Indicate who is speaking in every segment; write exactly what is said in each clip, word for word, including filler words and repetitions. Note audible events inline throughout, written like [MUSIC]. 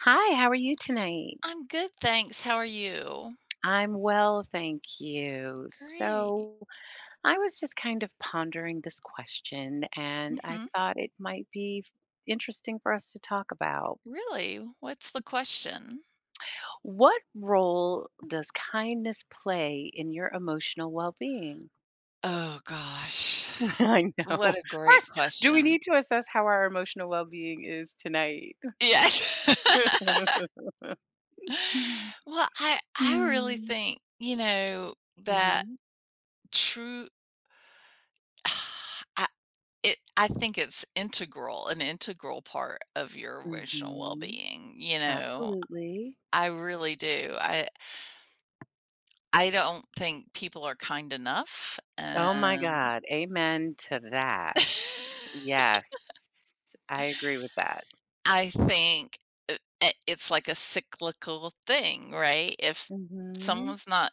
Speaker 1: Hi, how are you tonight?
Speaker 2: I'm good, thanks. How are you?
Speaker 1: I'm well, thank you.
Speaker 2: Great.
Speaker 1: So, I was just kind of pondering this question, and I
Speaker 2: Mhm.
Speaker 1: thought it might be f- interesting for us to talk about.
Speaker 2: Really? What's the question?
Speaker 1: What role does kindness play in your emotional well being?
Speaker 2: Oh gosh.
Speaker 1: [LAUGHS] I know.
Speaker 2: What a great
Speaker 1: First, do we
Speaker 2: question.
Speaker 1: need to assess how our emotional well being is tonight?
Speaker 2: Yeah. [LAUGHS]
Speaker 1: [LAUGHS]
Speaker 2: Well, I I really
Speaker 1: Mm-hmm.
Speaker 2: think, you know, that true [SIGHS] I it I think it's integral, an integral part of your emotional
Speaker 1: Mm-hmm.
Speaker 2: well-being, you know?
Speaker 1: Absolutely.
Speaker 2: I really do. I I don't think people are kind enough
Speaker 1: Oh my
Speaker 2: and
Speaker 1: God. Amen to that.
Speaker 2: [LAUGHS]
Speaker 1: Yes. I agree with that.
Speaker 2: I think I I it's like a cyclical thing, right? If
Speaker 1: Mm. Mhm.
Speaker 2: someone's not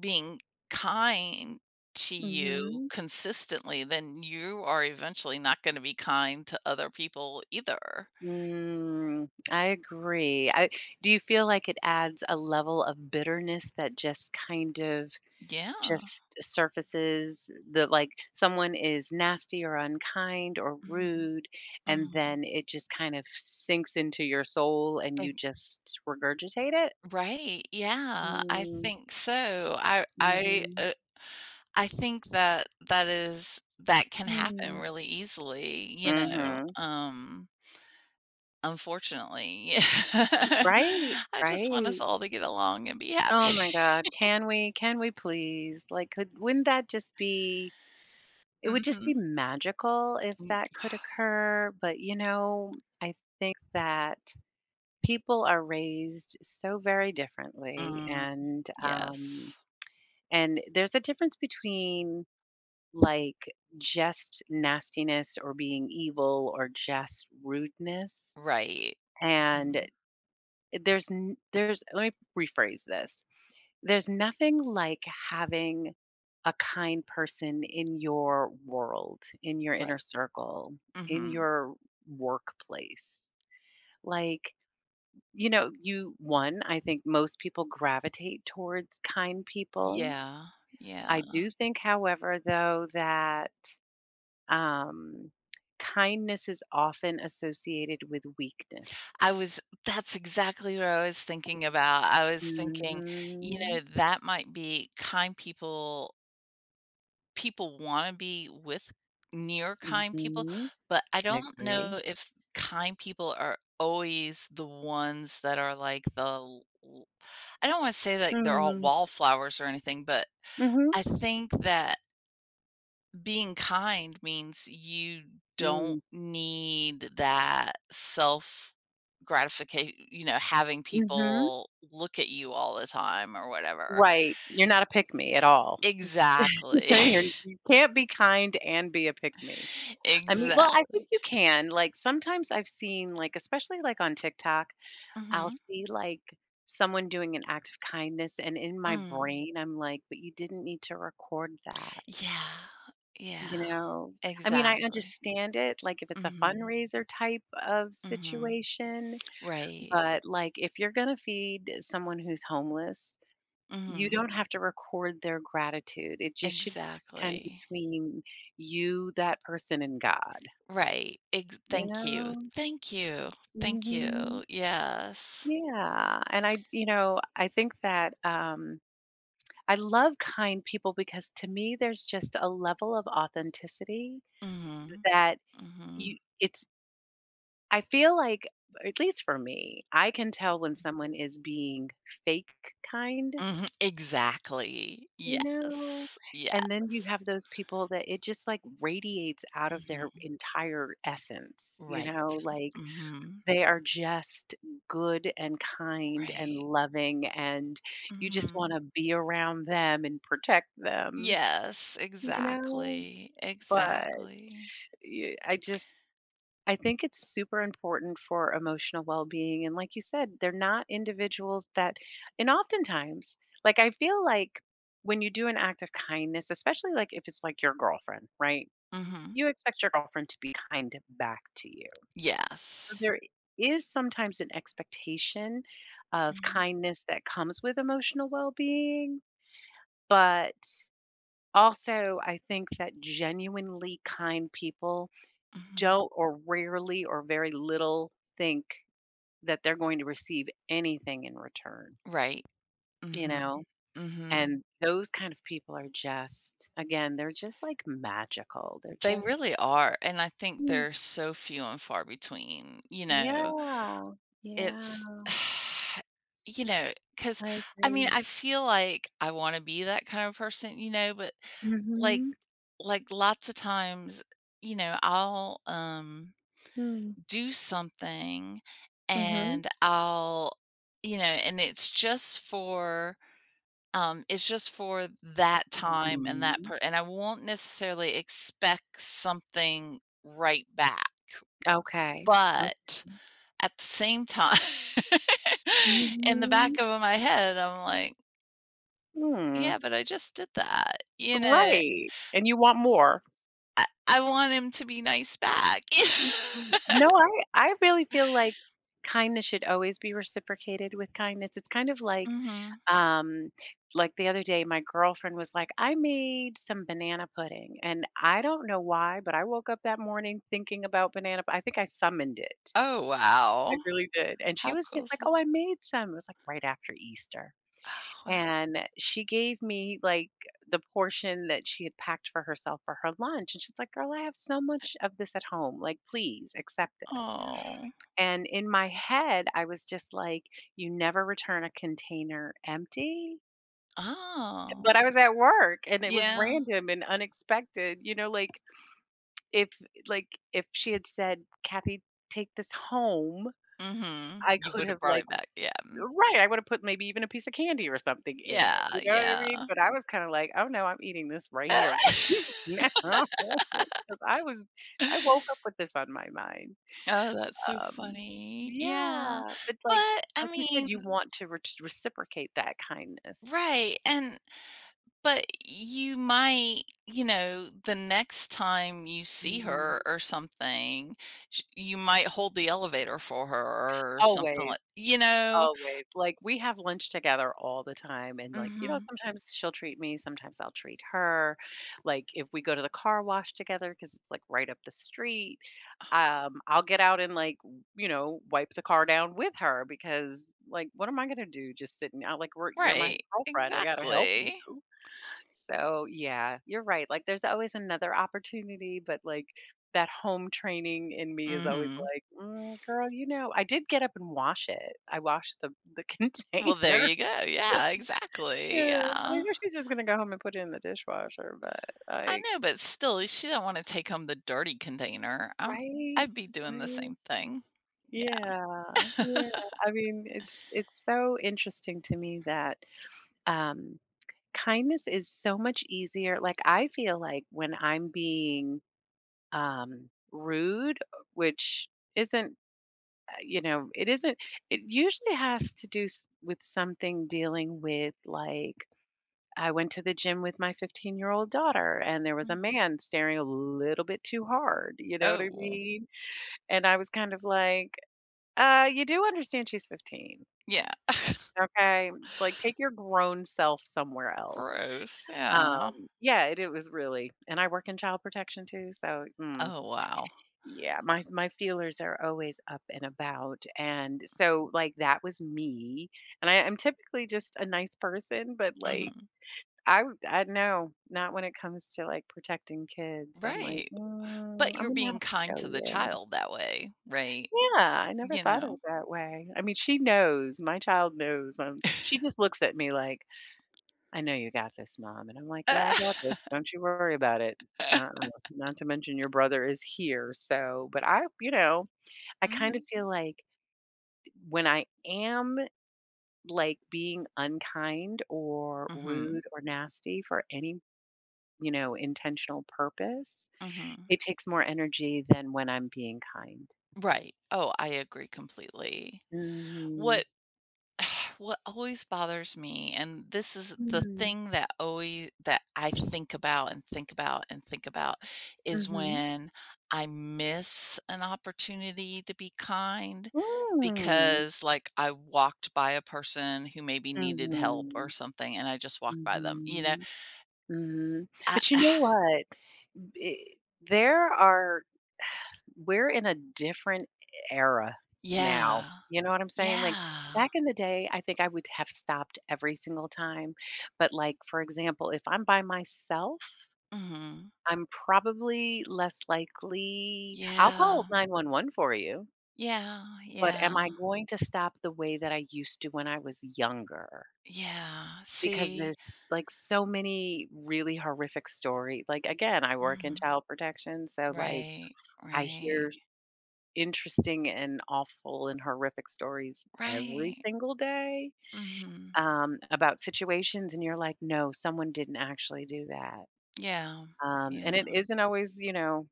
Speaker 2: being kind to
Speaker 1: Mm.
Speaker 2: you
Speaker 1: Mhm.
Speaker 2: consistently, then you are eventually not gonna be kind to other people either.
Speaker 1: Mm, I agree. I Do you feel like it adds a level of bitterness that just kind of
Speaker 2: Yeah.
Speaker 1: just surfaces the like someone is nasty or unkind or
Speaker 2: Mhm,
Speaker 1: rude, and
Speaker 2: mhm.
Speaker 1: then it just kind of sinks into your soul and you
Speaker 2: Like
Speaker 1: just regurgitate it?
Speaker 2: right,
Speaker 1: Mm
Speaker 2: yeah, I
Speaker 1: hmm.
Speaker 2: think so. I
Speaker 1: Mm,
Speaker 2: I,
Speaker 1: mhm.
Speaker 2: uh, I think that that is that can happen
Speaker 1: Mm.
Speaker 2: really easily, you know,
Speaker 1: Mhm.
Speaker 2: um unfortunately. [LAUGHS]
Speaker 1: Right,
Speaker 2: I just want us
Speaker 1: right.
Speaker 2: all to get along and be
Speaker 1: Oh
Speaker 2: happy.
Speaker 1: my God,
Speaker 2: [LAUGHS]
Speaker 1: can we? Can we please? Like, could wouldn't that just be it would just be
Speaker 2: Mhm.
Speaker 1: magical if
Speaker 2: Mm.
Speaker 1: that could
Speaker 2: [SIGHS]
Speaker 1: occur, but, you know, I think that people are raised so very differently,
Speaker 2: Mm,
Speaker 1: and, um,
Speaker 2: yes.
Speaker 1: and there's a difference between, like, just nastiness or being evil or just rudeness,
Speaker 2: Right.
Speaker 1: and
Speaker 2: Mhm.
Speaker 1: there's n there's let me rephrase this. There's nothing like having a kind person in your world, in your
Speaker 2: Right.
Speaker 1: inner circle, in
Speaker 2: Mhm.
Speaker 1: your workplace. Like, you know, you, one, I think most people gravitate towards kind people.
Speaker 2: Yeah, yeah.
Speaker 1: I do think, however, though, that um, kindness is often associated with weakness.
Speaker 2: I was that's exactly what I was thinking about. I was thinking, you
Speaker 1: Mm.
Speaker 2: know, that might be kind people people wanna be with near
Speaker 1: Mhm. Mm.
Speaker 2: kind people,
Speaker 1: Mhm.
Speaker 2: but I
Speaker 1: I
Speaker 2: don't
Speaker 1: agree.
Speaker 2: know if kind people are always the ones that are like the l l I don't wanna say that they're
Speaker 1: Mm-hmm.
Speaker 2: all
Speaker 1: Mm.
Speaker 2: wallflowers or anything, but I
Speaker 1: Mhm.
Speaker 2: think that being kind means you don't
Speaker 1: Mm.
Speaker 2: need that self gratification, you know, having
Speaker 1: Mhm.
Speaker 2: people look at you all the time or whatever.
Speaker 1: Right, you're not a pick me at all. [LAUGHS]
Speaker 2: Exactly.
Speaker 1: You're you can't be kind and be a pick me.
Speaker 2: [LAUGHS]
Speaker 1: I mean well, I think
Speaker 2: Exactly.
Speaker 1: you can, like, sometimes I've seen, like, especially, like, on TikTok, I'll
Speaker 2: Mhm.
Speaker 1: see, like, someone doing an act of kindness, and in my
Speaker 2: Mm.
Speaker 1: brain, I'm like, "But you didn't need to record that,"
Speaker 2: Yeah, yeah,
Speaker 1: you know? I mean, I
Speaker 2: exactly.
Speaker 1: understand it, like, if it's a
Speaker 2: Mhm,
Speaker 1: fundraiser type of
Speaker 2: mhm,
Speaker 1: situation,
Speaker 2: right,
Speaker 1: but, like, if you're gonna feed someone who's homeless, you
Speaker 2: mhm,
Speaker 1: don't have to record their gratitude. It just should kind of
Speaker 2: exactly,
Speaker 1: between you, that person, and God,
Speaker 2: right, ex
Speaker 1: you
Speaker 2: thank you,
Speaker 1: know?
Speaker 2: thank you, thank you,
Speaker 1: Mhm.
Speaker 2: yes,
Speaker 1: Yeah, and I you know, I think that, um, I love kind people because to me there's just a level of authenticity
Speaker 2: mhm,
Speaker 1: that
Speaker 2: mhm,
Speaker 1: you it's I feel like, at least for me, I can tell when someone is being fake kind.
Speaker 2: mhm, exactly,
Speaker 1: You know?
Speaker 2: yes,
Speaker 1: And then you
Speaker 2: yes,
Speaker 1: have those people that it just, like, radiates out of their
Speaker 2: mhm,
Speaker 1: entire essence, you
Speaker 2: right,
Speaker 1: know? Like,
Speaker 2: mhm,
Speaker 1: they are just good and kind and
Speaker 2: right,
Speaker 1: loving, and you just
Speaker 2: mhm,
Speaker 1: wanna be around them and protect them,
Speaker 2: yes,
Speaker 1: you know?
Speaker 2: exactly,
Speaker 1: But,
Speaker 2: exactly,
Speaker 1: yeah, I just I think it's super important for emotional well being. And like you said, they're not individuals that, and oftentimes, like I feel like when you do an act of kindness, especially like if it's like your girlfriend, right?
Speaker 2: mhm,
Speaker 1: You expect your girlfriend to be kind back to you. So
Speaker 2: yes,
Speaker 1: there is sometimes an expectation of
Speaker 2: mhm,
Speaker 1: kindness that comes with emotional well being. But also, I think that genuinely kind people
Speaker 2: mhm.
Speaker 1: don't or rarely or very little think that they're going to receive anything in return,
Speaker 2: Right.
Speaker 1: you
Speaker 2: Mhm,
Speaker 1: know?
Speaker 2: mhm.
Speaker 1: And those kind of people are just again, they're just, like, magical. They're
Speaker 2: They
Speaker 1: just
Speaker 2: really are, and I think
Speaker 1: Mm.
Speaker 2: they're so few and far between, you know?
Speaker 1: Yeah. Yeah,
Speaker 2: It's [SIGHS] you know, because
Speaker 1: I
Speaker 2: I mean,
Speaker 1: agree.
Speaker 2: I feel like I wanna be that kind of person, you know, but, like
Speaker 1: Mhm.
Speaker 2: like, lots of times, you know, I'll, um,
Speaker 1: Mm.
Speaker 2: do something
Speaker 1: Mhm.
Speaker 2: and I'll you know, and it's just for Um, it's just for that time and that
Speaker 1: Mhm.
Speaker 2: part, and I won't necessarily expect something right back,
Speaker 1: Okay. Okay.
Speaker 2: but at the same time, [LAUGHS] in the
Speaker 1: Mhm.
Speaker 2: back of my head, I'm like,
Speaker 1: Hmm.
Speaker 2: "Yeah, but I just did that," you know?
Speaker 1: Right. And you want more.
Speaker 2: I I want him to be nice back.
Speaker 1: Mm,
Speaker 2: [LAUGHS]
Speaker 1: no, I I really feel like kindness should always be reciprocated with kindness. It's kind of like,
Speaker 2: Mhm.
Speaker 1: um, like the other day, my girlfriend was like, I made some banana pudding, and I don't know why, but I woke up that morning thinking about banana. pu- I think I summoned it.
Speaker 2: Oh,
Speaker 1: I
Speaker 2: wow.
Speaker 1: really did. And she
Speaker 2: How
Speaker 1: was
Speaker 2: cool
Speaker 1: just
Speaker 2: is
Speaker 1: like,
Speaker 2: that?
Speaker 1: oh, I made some. It was like right after Easter.
Speaker 2: [SIGHS] Oh, wow.
Speaker 1: And she gave me like the portion that she had packed for herself for her lunch. And she's like, girl, I have so much of this at home. Like, please accept this.
Speaker 2: Oh.
Speaker 1: And in my head, I was just like, you never return a container empty.
Speaker 2: Oh,
Speaker 1: But I was at work and it was
Speaker 2: yeah.
Speaker 1: random and unexpected. You know, like if like if she had said, Kathy, take this home,
Speaker 2: Mhm.
Speaker 1: I
Speaker 2: You
Speaker 1: could
Speaker 2: would have
Speaker 1: have
Speaker 2: brought
Speaker 1: like
Speaker 2: it back, yeah.
Speaker 1: right, I would have put maybe even a piece of candy or something in it.
Speaker 2: Yeah,
Speaker 1: You know what I mean?
Speaker 2: yeah.
Speaker 1: But I was kind of like, oh no, I'm eating this right here. [LAUGHS]
Speaker 2: [LAUGHS]
Speaker 1: now. Because I was I woke up with this on my mind.
Speaker 2: Oh, that's so
Speaker 1: Um,
Speaker 2: funny. Yeah,
Speaker 1: yeah, but like
Speaker 2: but, I
Speaker 1: like you said,
Speaker 2: mean
Speaker 1: you want to re reciprocate that kindness.
Speaker 2: right, and but you might, you know, the next time you see
Speaker 1: Mhm.
Speaker 2: her or something, sh you might hold the elevator for her or something
Speaker 1: Always,
Speaker 2: like you know?
Speaker 1: always. Like, we have lunch together all the time, and, like, you know,
Speaker 2: Mhm.
Speaker 1: sometimes she'll treat me, sometimes I'll treat her. Like, if we go to the car wash together because it's, like, right up the street, um, I'll get out and, like, w- you know, wipe the car down with her because, like, what am I gonna do just sitting out? Like, we're you're my
Speaker 2: Right,
Speaker 1: girlfriend, I gotta help you.
Speaker 2: exactly.
Speaker 1: So, yeah, you're right. Like, there's always another opportunity, but like that home training in me is always
Speaker 2: Mhm.
Speaker 1: like, mm, girl, you know, I did get up and wash it. I washed the the [LAUGHS]
Speaker 2: Well, there
Speaker 1: container.
Speaker 2: you go. Yeah, exactly,
Speaker 1: Yeah, I
Speaker 2: yeah.
Speaker 1: mean, she's just gonna go home and put it in the dishwasher. But
Speaker 2: I
Speaker 1: like,
Speaker 2: know, but still, she don't wanna take home the dirty container. I'm
Speaker 1: right,
Speaker 2: I'd be doing the
Speaker 1: right,
Speaker 2: same thing. Yeah.
Speaker 1: yeah, yeah.
Speaker 2: [LAUGHS]
Speaker 1: I mean, it's it's so interesting to me that um, kindness is so much easier. Like, I feel like when I'm being um, rude, which isn't, uh, you know, it isn't, it usually has to do s- with something dealing with like, I went to the gym with my fifteen year old daughter and there was a
Speaker 2: Mm.
Speaker 1: man staring a little bit too hard. You know what I
Speaker 2: Oh,
Speaker 1: mean? And I was kind of like, uh, you do understand she's fifteen.
Speaker 2: yeah.
Speaker 1: Okay. Like, take your grown self somewhere else.
Speaker 2: Gross, yeah.
Speaker 1: Um, yeah, it, it was really, and I work in child protection too. So, mm,
Speaker 2: Oh, wow.
Speaker 1: yeah, my my feelers are always up and about, and so, like, that was me, and I I'm typically just a nice person, but, like,
Speaker 2: Mhm.
Speaker 1: I w I know not when it comes to, like, protecting kids. I'm like,
Speaker 2: Right,
Speaker 1: "Mm,
Speaker 2: but you're
Speaker 1: I'm gonna
Speaker 2: being
Speaker 1: have to
Speaker 2: kind
Speaker 1: show
Speaker 2: to the
Speaker 1: you."
Speaker 2: child that way, right?
Speaker 1: Yeah, I never
Speaker 2: You
Speaker 1: thought of
Speaker 2: know?
Speaker 1: it that way. I mean, she knows, my child knows, um, she just looks at me like, "I know you got this, mom," and I'm like, "Yeah, I got
Speaker 2: [LAUGHS]
Speaker 1: this, don't you worry about it." Uh-uh, not to mention your brother is here, so but I you know I kind of
Speaker 2: Mhm.
Speaker 1: feel like when I am, like, being unkind or rude
Speaker 2: Mhm.
Speaker 1: or nasty for any, you know, intentional purpose,
Speaker 2: Mhm.
Speaker 1: it takes more energy than when I'm being kind.
Speaker 2: Right. Oh, I agree completely.
Speaker 1: Mhm.
Speaker 2: What [SIGHS] What always bothers me, and this is the
Speaker 1: Mhm.
Speaker 2: thing that always that I think about and think about and think about is
Speaker 1: Mhm.
Speaker 2: when I miss an opportunity to be kind
Speaker 1: Mm.
Speaker 2: because like I walked by a person who maybe needed help or
Speaker 1: Mhm.
Speaker 2: something and I just walked by them. You know,
Speaker 1: Mhm. Mhm.
Speaker 2: I
Speaker 1: But you
Speaker 2: [SIGHS]
Speaker 1: know what? B there are We're in a different era now,
Speaker 2: yeah.
Speaker 1: you know what I'm saying? Like,
Speaker 2: Yeah.
Speaker 1: back in the day, I think I would have stopped every single time, but, like, for example, if I'm by myself,
Speaker 2: Mhm.
Speaker 1: I'm probably less likely I'll
Speaker 2: Yeah.
Speaker 1: call nine one one for you,
Speaker 2: Yeah.
Speaker 1: but am
Speaker 2: Yeah.
Speaker 1: I going to stop the way that I used to when I was younger?
Speaker 2: Yeah.
Speaker 1: Because
Speaker 2: See?
Speaker 1: there's, like, so many really horrific stories. Like, again, I work in
Speaker 2: Mhm.
Speaker 1: child protection, so, like,
Speaker 2: Right.
Speaker 1: I
Speaker 2: Right.
Speaker 1: hear interesting and awful and horrific stories every
Speaker 2: Right.
Speaker 1: single day,
Speaker 2: Mhm.
Speaker 1: um, about situations, and you're like, "No, someone didn't actually do that."
Speaker 2: Yeah.
Speaker 1: Um, and
Speaker 2: Yeah.
Speaker 1: it isn't always, you know,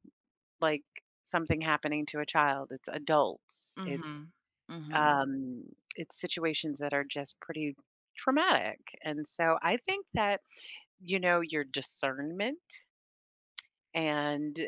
Speaker 1: like something happening to a child. It's adults. It
Speaker 2: Mhm. Mhm.
Speaker 1: um, it's situations that are just pretty traumatic, and so I think that, you know, your discernment and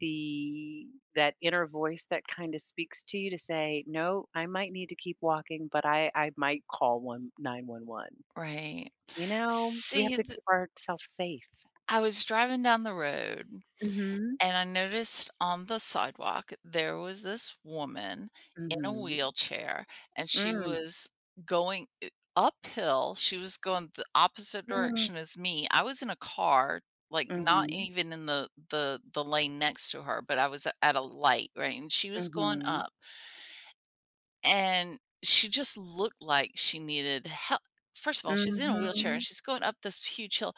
Speaker 1: the that inner voice that kind of speaks to you to say no, I might need to keep walking, but i i might call one nine one one.
Speaker 2: Right.
Speaker 1: You know we have
Speaker 2: See,
Speaker 1: to
Speaker 2: th
Speaker 1: keep ourselves safe.
Speaker 2: I was driving down the road,
Speaker 1: Mhm.
Speaker 2: and I noticed on the sidewalk there was this woman in a
Speaker 1: Mhm.
Speaker 2: wheelchair, and she
Speaker 1: Mm.
Speaker 2: was going I uphill. She was going the opposite
Speaker 1: Mm.
Speaker 2: direction as me. I was in a car, like, not
Speaker 1: Mhm.
Speaker 2: even in the the the lane next to her, but I was a- at a light, right, and she was going
Speaker 1: Mhm.
Speaker 2: up. And she just looked like she needed help. First of all, she's in a wheelchair and
Speaker 1: Mhm.
Speaker 2: she's going up this huge hill.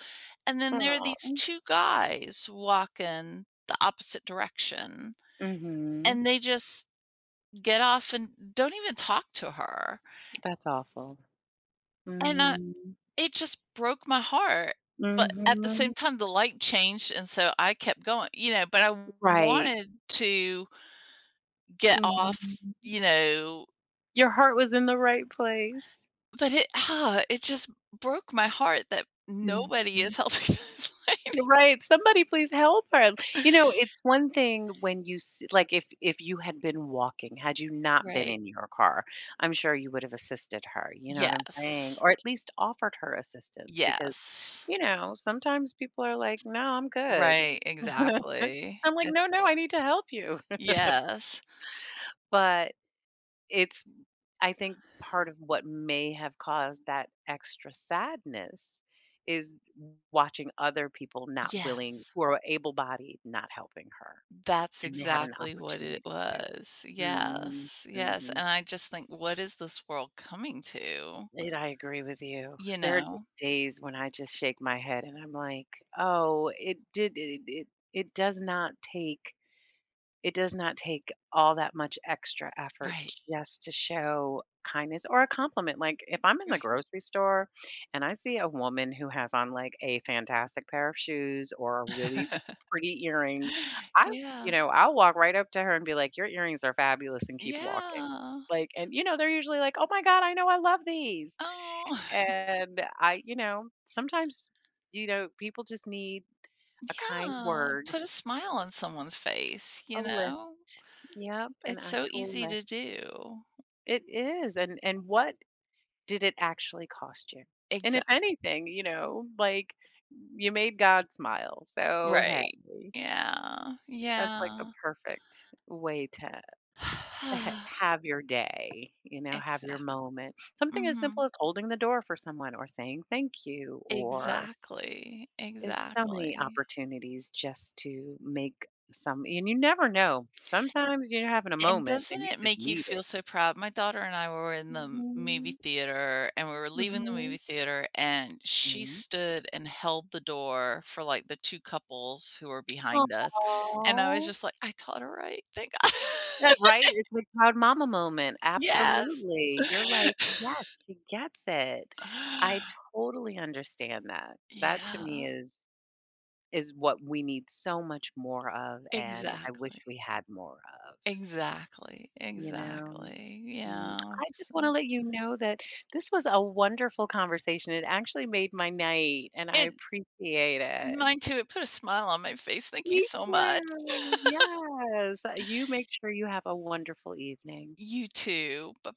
Speaker 2: And then there are
Speaker 1: Aw.
Speaker 2: these two guys walking the opposite direction,
Speaker 1: Mhm.
Speaker 2: and they just get off and don't even talk to her.
Speaker 1: That's awful.
Speaker 2: And, uh,
Speaker 1: Mhm.
Speaker 2: it just broke my heart, but at the
Speaker 1: Mhm.
Speaker 2: same time, the light changed, and so I kept going, you know, but I
Speaker 1: Right.
Speaker 2: wanted to get off,
Speaker 1: Mhm.
Speaker 2: you know,
Speaker 1: Your heart was in the right place.
Speaker 2: But it ah, it just broke my heart that nobody
Speaker 1: Mhm.
Speaker 2: is helping us, [LAUGHS] like
Speaker 1: Right, somebody please help her. You know, it's one thing when you s like, if if you had been walking, had you not been
Speaker 2: right.
Speaker 1: in your car, I'm sure you would have assisted her, you know what I'm saying?
Speaker 2: Yes.
Speaker 1: Or at least offered her assistance because,
Speaker 2: Yes.
Speaker 1: you know, sometimes people are like, "No, I'm good."
Speaker 2: Right,
Speaker 1: [LAUGHS]
Speaker 2: exactly.
Speaker 1: I'm like,
Speaker 2: It
Speaker 1: "No, no, I need to help you." [LAUGHS]
Speaker 2: Yes.
Speaker 1: But it's I think part of what may have caused that extra sadness is watching other people not willing
Speaker 2: Yes.
Speaker 1: who are able-bodied not helping her.
Speaker 2: That's
Speaker 1: And they had an
Speaker 2: exactly what it
Speaker 1: opportunity to.
Speaker 2: was.
Speaker 1: Mhm,
Speaker 2: Yes, yes,
Speaker 1: mhm.
Speaker 2: and I just think, "What is this world coming to?"
Speaker 1: And I agree with you.
Speaker 2: You
Speaker 1: There are just
Speaker 2: know?
Speaker 1: days when I just shake my head and I'm like, "Oh, it did it it it does not take It does not take all that much extra effort
Speaker 2: Right,
Speaker 1: just to show kindness or a compliment." Like, if I'm in the
Speaker 2: right.
Speaker 1: grocery store and I see a woman who has on like a fantastic pair of shoes or a really
Speaker 2: [LAUGHS]
Speaker 1: pretty earrings, I, you
Speaker 2: Yeah.
Speaker 1: know, I'll walk right up to her and be like, your earrings are fabulous and keep walking.
Speaker 2: Yeah.
Speaker 1: Like, and you know, they're usually like, oh my God, I know I love these.
Speaker 2: Oh. [LAUGHS]
Speaker 1: And I, you know, sometimes, you know, people just need a kind
Speaker 2: Yeah,
Speaker 1: word,
Speaker 2: put a smile on someone's face,
Speaker 1: a
Speaker 2: you
Speaker 1: lift.
Speaker 2: know?
Speaker 1: Yep, an
Speaker 2: It's so
Speaker 1: actual
Speaker 2: easy
Speaker 1: lift.
Speaker 2: to do.
Speaker 1: It is, and and what did it actually cost you? And if
Speaker 2: Exactly,
Speaker 1: anything, you know, like, you made God smile, so, hey,
Speaker 2: right. Yeah,
Speaker 1: that's, like, a
Speaker 2: yeah.
Speaker 1: perfect way to to ha
Speaker 2: [SIGHS]
Speaker 1: have your day, you know, have your
Speaker 2: Exactly.
Speaker 1: moment. Something as simple
Speaker 2: Mhm.
Speaker 1: as holding the door for someone or saying thank you, or
Speaker 2: Exactly,
Speaker 1: there's so many
Speaker 2: exactly.
Speaker 1: opportunities just to make some and you never know. Sometimes you're having a
Speaker 2: And
Speaker 1: moment
Speaker 2: doesn't
Speaker 1: and you
Speaker 2: it
Speaker 1: just
Speaker 2: make you
Speaker 1: need
Speaker 2: feel
Speaker 1: it.
Speaker 2: so proud? My daughter and I were in the m movie
Speaker 1: Mhm,
Speaker 2: theater, and we were leaving the
Speaker 1: mhm.
Speaker 2: movie theater, and she
Speaker 1: Mhm.
Speaker 2: stood and held the door for, like, the two couples who were behind us, and I was
Speaker 1: Oh,
Speaker 2: just like, "I taught her right, thank God." [LAUGHS]
Speaker 1: right? It's like proud mama moment.
Speaker 2: Yes.
Speaker 1: Absolutely. You're like, "Yes,
Speaker 2: [SIGHS]
Speaker 1: she gets it." I
Speaker 2: [LAUGHS]
Speaker 1: totally understand that. That to
Speaker 2: Yeah,
Speaker 1: me is is what we need so much more of, and I wish
Speaker 2: exactly.
Speaker 1: we had more of,
Speaker 2: Exactly,
Speaker 1: you know?
Speaker 2: exactly,
Speaker 1: Mm,
Speaker 2: yeah,
Speaker 1: I just wanna
Speaker 2: so
Speaker 1: let you know that this was a wonderful conversation. It actually made my night, and I
Speaker 2: it
Speaker 1: appreciate it.
Speaker 2: mine too, it put a smile on my face, thank you
Speaker 1: Me
Speaker 2: so much. [LAUGHS]
Speaker 1: too. Yes. You make sure you have a wonderful evening.
Speaker 2: You too. Bye